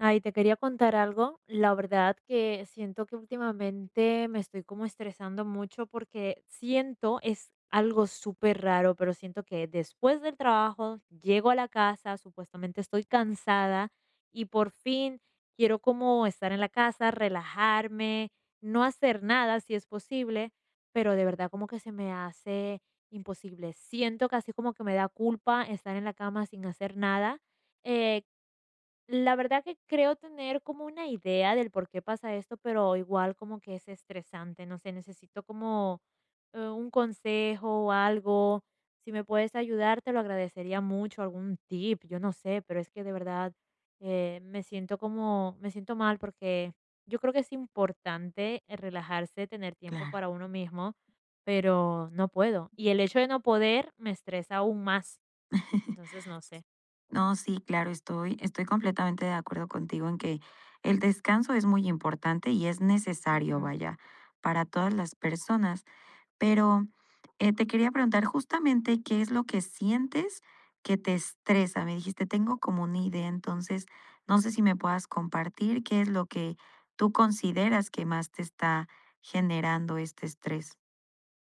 Ay, te quería contar algo. La verdad que siento que últimamente me estoy como estresando mucho porque siento, es algo súper raro, pero siento que después del trabajo llego a la casa, supuestamente estoy cansada y por fin quiero como estar en la casa, relajarme, no hacer nada si es posible, pero de verdad como que se me hace imposible. Siento casi como que me da culpa estar en la cama sin hacer nada. Eh, la verdad que creo tener como una idea del por qué pasa esto, pero igual como que es estresante, no sé, necesito como, un consejo o algo. Si me puedes ayudar, te lo agradecería mucho, algún tip, yo no sé, pero es que de verdad, me siento como me siento mal porque yo creo que es importante relajarse, tener tiempo Claro. para uno mismo, pero no puedo. Y el hecho de no poder me estresa aún más. Entonces, no sé. No, sí, claro, estoy completamente de acuerdo contigo en que el descanso es muy importante y es necesario, Ujú. vaya, para todas las personas. Pero te quería preguntar justamente qué es lo que sientes que te estresa. Me dijiste, tengo como una idea, entonces no sé si me puedas compartir qué es lo que tú consideras que más te está generando este estrés.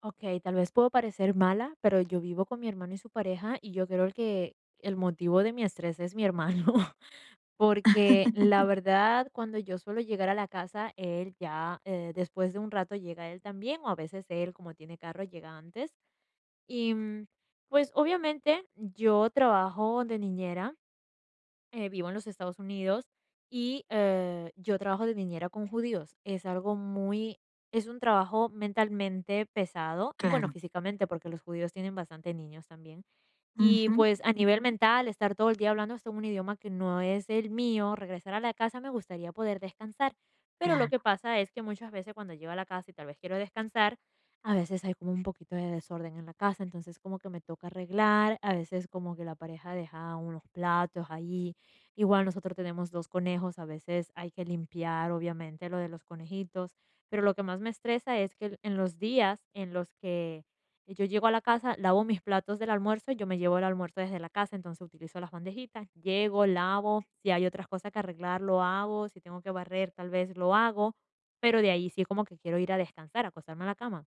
Ok, tal vez puedo parecer mala, pero yo vivo con mi hermano y su pareja y yo creo que el motivo de mi estrés es mi hermano, porque la verdad cuando yo suelo llegar a la casa, él ya después de un rato llega él también o a veces él como tiene carro llega antes. Y pues obviamente yo trabajo de niñera, vivo en los Estados Unidos y yo trabajo de niñera con judíos. Es algo muy, es un trabajo mentalmente pesado y Claro. bueno, físicamente, porque los judíos tienen bastante niños también. Y Ujú. pues a nivel mental, estar todo el día hablando hasta un idioma que no es el mío, regresar a la casa me gustaría poder descansar. Pero lo Claro. que pasa es que muchas veces cuando llego a la casa y tal vez quiero descansar, a veces hay como un poquito de desorden en la casa, entonces como que me toca arreglar, a veces como que la pareja deja unos platos ahí. Igual nosotros tenemos 2 conejos, a veces hay que limpiar, obviamente, lo de los conejitos, pero lo que más me estresa es que en los días en los que yo llego a la casa, lavo mis platos del almuerzo, yo me llevo el almuerzo desde la casa, entonces utilizo las bandejitas, llego, lavo, si hay otras cosas que arreglar, lo hago, si tengo que barrer, tal vez lo hago, pero de ahí sí como que quiero ir a descansar, acostarme a la cama.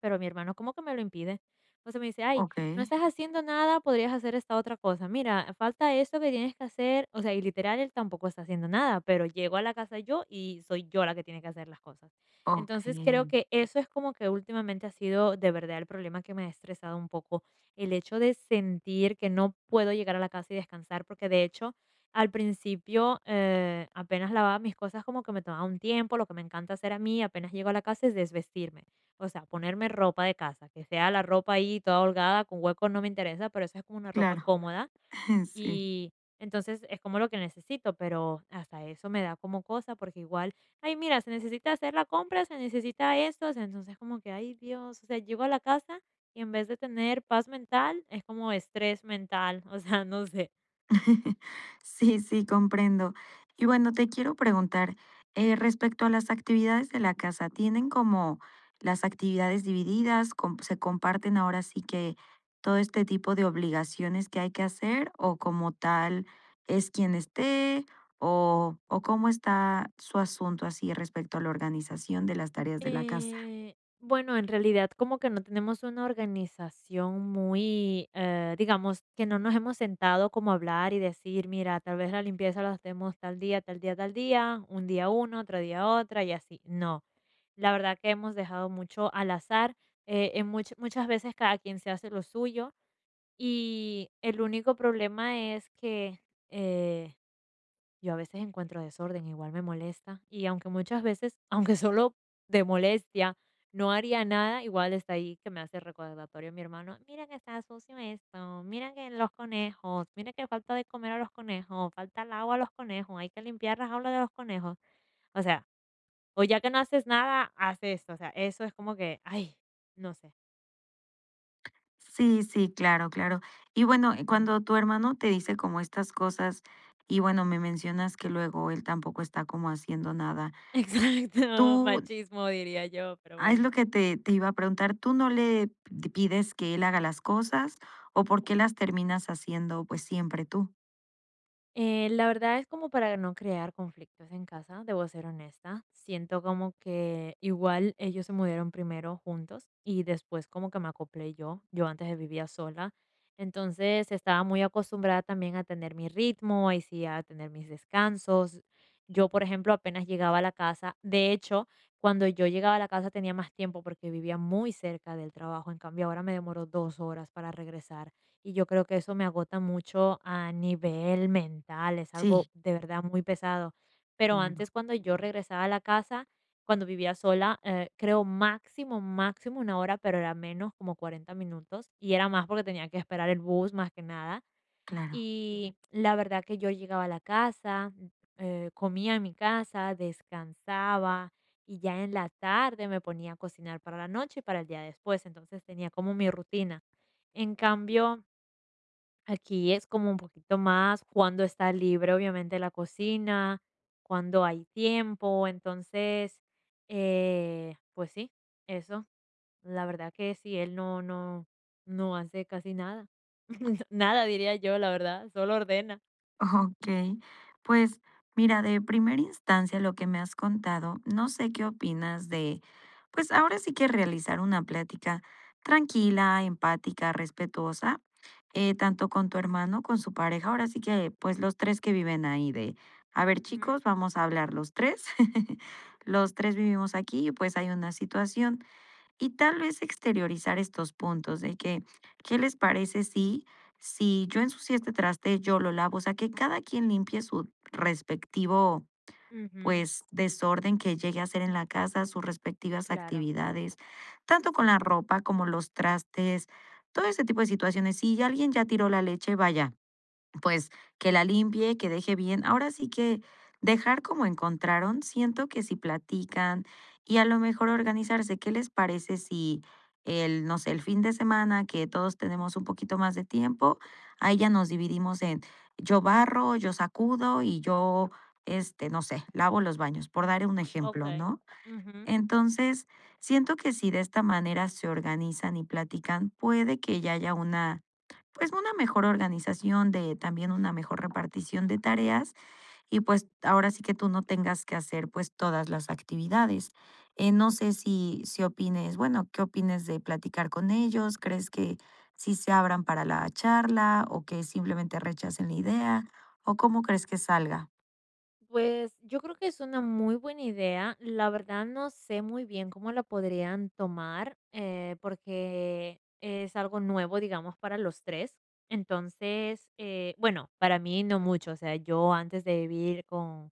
Pero mi hermano como que me lo impide. Entonces me dice, ay, Ok. no estás haciendo nada, podrías hacer esta otra cosa. Mira, falta esto que tienes que hacer. O sea, y literal, él tampoco está haciendo nada, pero llego a la casa yo y soy yo la que tiene que hacer las cosas. Ok. Entonces creo que eso es como que últimamente ha sido de verdad el problema que me ha estresado un poco. El hecho de sentir que no puedo llegar a la casa y descansar, porque de hecho... Al principio, apenas lavaba mis cosas, como que me tomaba un tiempo. Lo que me encanta hacer a mí, apenas llego a la casa, es desvestirme, o sea, ponerme ropa de casa, que sea la ropa ahí toda holgada, con huecos no me interesa, pero esa es como una ropa Claro. cómoda Sí. y entonces es como lo que necesito, pero hasta eso me da como cosa porque igual, ay, mira, se necesita hacer la compra, se necesita esto, o sea, entonces como que, ay, Dios, o sea, llego a la casa y en vez de tener paz mental, es como estrés mental, o sea, no sé. Sí, sí, comprendo. Y bueno, te quiero preguntar, respecto a las actividades de la casa, ¿tienen como las actividades divididas? ¿Se comparten ahora sí que todo este tipo de obligaciones que hay que hacer? ¿O como tal es quien esté? O cómo está su asunto así respecto a la organización de las tareas de la casa? Bueno, en realidad como que no tenemos una organización muy, digamos, que no nos hemos sentado como a hablar y decir, mira, tal vez la limpieza la hacemos tal día, tal día, tal día, un día uno, otro día otra y así. No, la verdad que hemos dejado mucho al azar. En muchas veces cada quien se hace lo suyo y el único problema es que... eh, yo a veces encuentro desorden, igual me molesta. Y aunque muchas veces, aunque solo de molestia, no haría nada, igual está ahí que me hace recordatorio mi hermano. Mira que está sucio esto, mira que los conejos, mira que falta de comer a los conejos, falta el agua a los conejos, hay que limpiar las aulas de los conejos. O sea, o ya que no haces nada, haz esto. O sea, eso es como que, ay, no sé. Sí, sí, claro, claro. Y bueno, Ujú. cuando tu hermano te dice como estas cosas, y bueno, me mencionas que luego él tampoco está como haciendo nada, Exacto, tú, machismo diría yo, pero ah, es lo bueno. que te iba a preguntar, ¿tú no le pides que él haga las cosas o por qué las terminas haciendo pues siempre tú? La verdad es como para no crear conflictos en casa, debo ser honesta. Siento como que igual ellos se mudaron primero juntos y después como que me acoplé yo. Yo antes vivía sola, entonces estaba muy acostumbrada también a tener mi ritmo, y sí a tener mis descansos. Yo, por ejemplo, apenas llegaba a la casa. De hecho, cuando yo llegaba a la casa tenía más tiempo porque vivía muy cerca del trabajo. En cambio, ahora me demoró 2 horas para regresar y yo creo que eso me agota mucho a nivel mental, es algo Sí, de verdad muy pesado. Pero claro, antes, cuando yo regresaba a la casa, cuando vivía sola, creo máximo, máximo 1 hora, pero era menos como 40 minutos. Y era más porque tenía que esperar el bus más que nada. claro. Y la verdad que yo llegaba a la casa, comía en mi casa, descansaba y ya en la tarde me ponía a cocinar para la noche y para el día después. Entonces tenía como mi rutina. En cambio, aquí es como un poquito más cuando está libre, obviamente, la cocina, cuando hay tiempo. Entonces, pues sí, eso. La verdad que sí, él no hace casi nada. Nada, diría yo, la verdad. Solo ordena. Okey. Pues mira, de primera instancia, lo que me has contado, no sé qué opinas de, pues ahora sí que realizar una plática tranquila, empática, respetuosa, tanto con tu hermano, con su pareja, ahora sí que, pues los 3 que viven ahí de, a ver Ujú, chicos, vamos a hablar los tres. Los 3 vivimos aquí y pues hay una situación. Y tal vez exteriorizar estos puntos de que, ¿qué les parece si, si yo ensucié este traste, yo lo lavo? O sea, que cada quien limpie su respectivo, ujú, pues, desorden que llegue a hacer en la casa, sus respectivas claro, actividades, tanto con la sí. ropa como los trastes, todo ese tipo de situaciones. Si alguien ya tiró la leche, vaya, pues que la limpie, que deje bien. Ahora sí que dejar como encontraron, siento que si platican y a lo mejor organizarse, ¿qué les parece si el, no sé, el fin de semana que todos tenemos un poquito más de tiempo, ahí ya nos dividimos en yo barro, yo sacudo y yo, este, no sé, lavo los baños, por dar un Ok, ejemplo, ¿no? ujú. Entonces, siento que si de esta manera se organizan y platican, puede que ya haya una pues una mejor organización de también una mejor repartición de tareas y pues ahora sí que tú no tengas que hacer pues todas las actividades. No sé si, si opines, bueno, ¿qué opines de platicar con ellos? ¿Crees que sí se abran para la charla o que simplemente rechacen la idea? ¿O cómo crees que salga? Pues, yo creo que es una muy buena idea. La verdad, no sé muy bien cómo la podrían tomar, porque es algo nuevo, digamos, para los 3. Entonces, bueno, para mí no mucho. O sea, yo antes de vivir con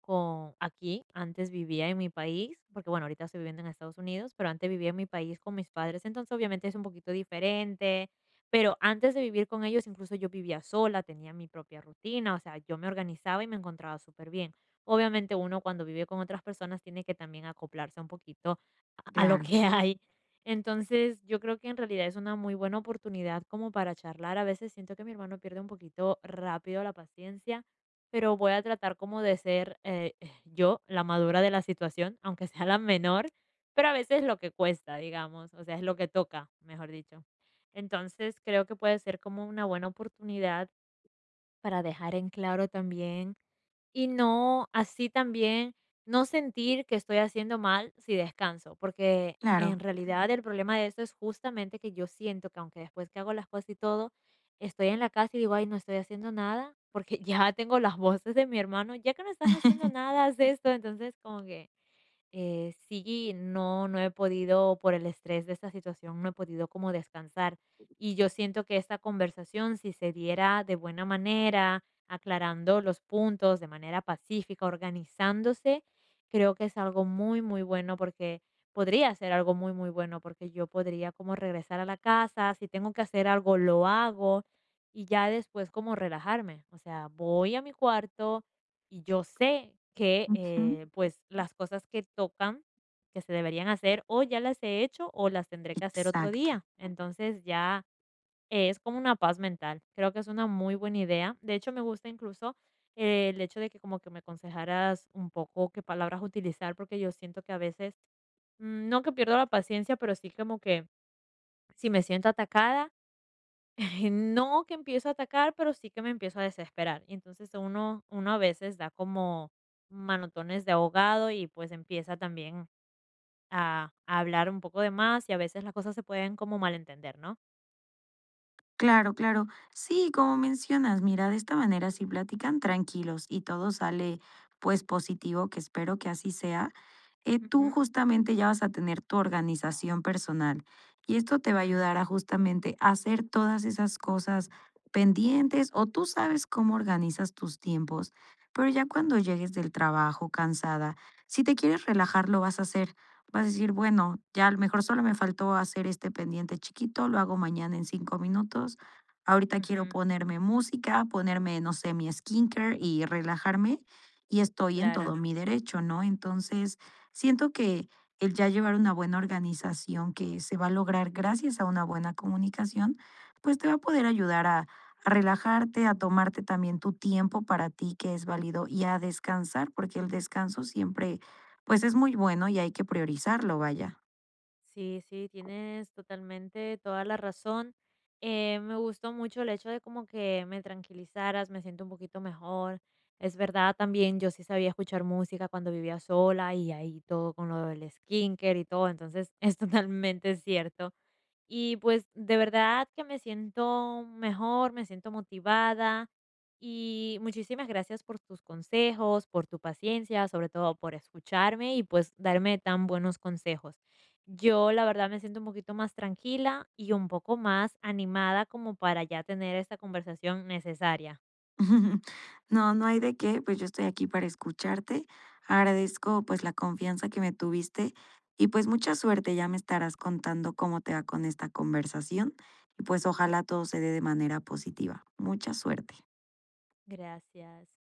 con aquí, antes vivía en mi país, porque, bueno, ahorita estoy viviendo en Estados Unidos, pero antes vivía en mi país con mis padres, entonces, obviamente, es un poquito diferente. Pero antes de vivir con ellos, incluso yo vivía sola, tenía mi propia rutina, o sea, yo me organizaba y me encontraba súper bien. Obviamente uno cuando vive con otras personas tiene que también acoplarse un poquito a lo Claro, que hay. Entonces, yo creo que en realidad es una muy buena oportunidad como para charlar. A veces siento que mi hermano pierde un poquito rápido la paciencia, pero voy a tratar como de ser yo la madura de la situación, aunque sea la menor, pero a veces lo que cuesta, digamos, o sea, es lo que toca, mejor dicho. Entonces, creo que puede ser como una buena oportunidad para dejar en claro también y no, así también, no sentir que estoy haciendo mal si descanso, porque en claro. realidad el problema de eso es justamente que yo siento que aunque después que hago las cosas y todo, estoy en la casa y digo, ay, no estoy haciendo nada, porque ya tengo las voces de mi hermano, ya que no estás haciendo nada, haz esto, entonces como que sí, no, no he podido, por el estrés de esta situación, no he podido como descansar. Y yo siento que esta conversación, si se diera de buena manera, aclarando los puntos de manera pacífica, organizándose, creo que es algo muy, muy bueno porque podría ser algo muy, muy bueno porque yo podría como regresar a la casa, si tengo que hacer algo, lo hago y ya después como relajarme. O sea, voy a mi cuarto y yo sé que, Ujú. Pues, las cosas que tocan, que se deberían hacer, o ya las he hecho o las tendré que hacer otro Exacto. día. Entonces ya es como una paz mental. Creo que es una muy buena idea. De hecho, me gusta incluso el hecho de que como que me aconsejaras un poco qué palabras utilizar, porque yo siento que a veces, no que pierdo la paciencia, pero sí como que si me siento atacada, no que empiezo a atacar, pero sí que me empiezo a desesperar. Y entonces uno a veces da como manotones de ahogado y pues empieza también a hablar un poco de más y a veces las cosas se pueden como malentender, ¿no? Claro, claro. Sí, como mencionas, mira, de esta manera si platican tranquilos y todo sale pues positivo, que espero que así sea, tú Ujú, justamente ya vas a tener tu organización personal y esto te va a ayudar ujú, a justamente hacer todas esas cosas pendientes o tú sabes cómo organizas tus tiempos, pero ya cuando llegues del trabajo cansada, si te quieres relajar lo vas a hacer. Vas a decir, bueno, ya a lo mejor solo me faltó hacer este pendiente chiquito, lo hago mañana en 5 minutos. Ahorita quiero ujú, ponerme música, ponerme, no sé, mi skincare y relajarme y estoy en todo, claro. claro, mi derecho, ¿no? Entonces, siento que el ya llevar una buena organización que se va a lograr gracias a una buena comunicación, pues te va a poder ayudar a relajarte, a tomarte también tu tiempo para ti que es válido y a descansar, porque el descanso siempre, pues es muy bueno y hay que priorizarlo, vaya. Sí, sí, tienes totalmente toda la razón. Me gustó mucho el hecho de como que me tranquilizaras, me siento un poquito mejor. Es verdad, también yo sí sabía escuchar música cuando vivía sola y ahí todo con lo del skincare y todo, entonces es totalmente cierto. Y pues de verdad que me siento mejor, me siento motivada y muchísimas gracias por tus consejos, por tu paciencia, sobre todo por escucharme y pues darme tan buenos consejos. Yo la verdad me siento un poquito más tranquila y un poco más animada como para ya tener esta conversación necesaria. No, no hay de qué, pues yo estoy aquí para escucharte. Agradezco pues la confianza que me tuviste y pues mucha suerte, ya me estarás contando cómo te va con esta conversación y pues ojalá todo se dé de manera positiva. Mucha suerte. Gracias.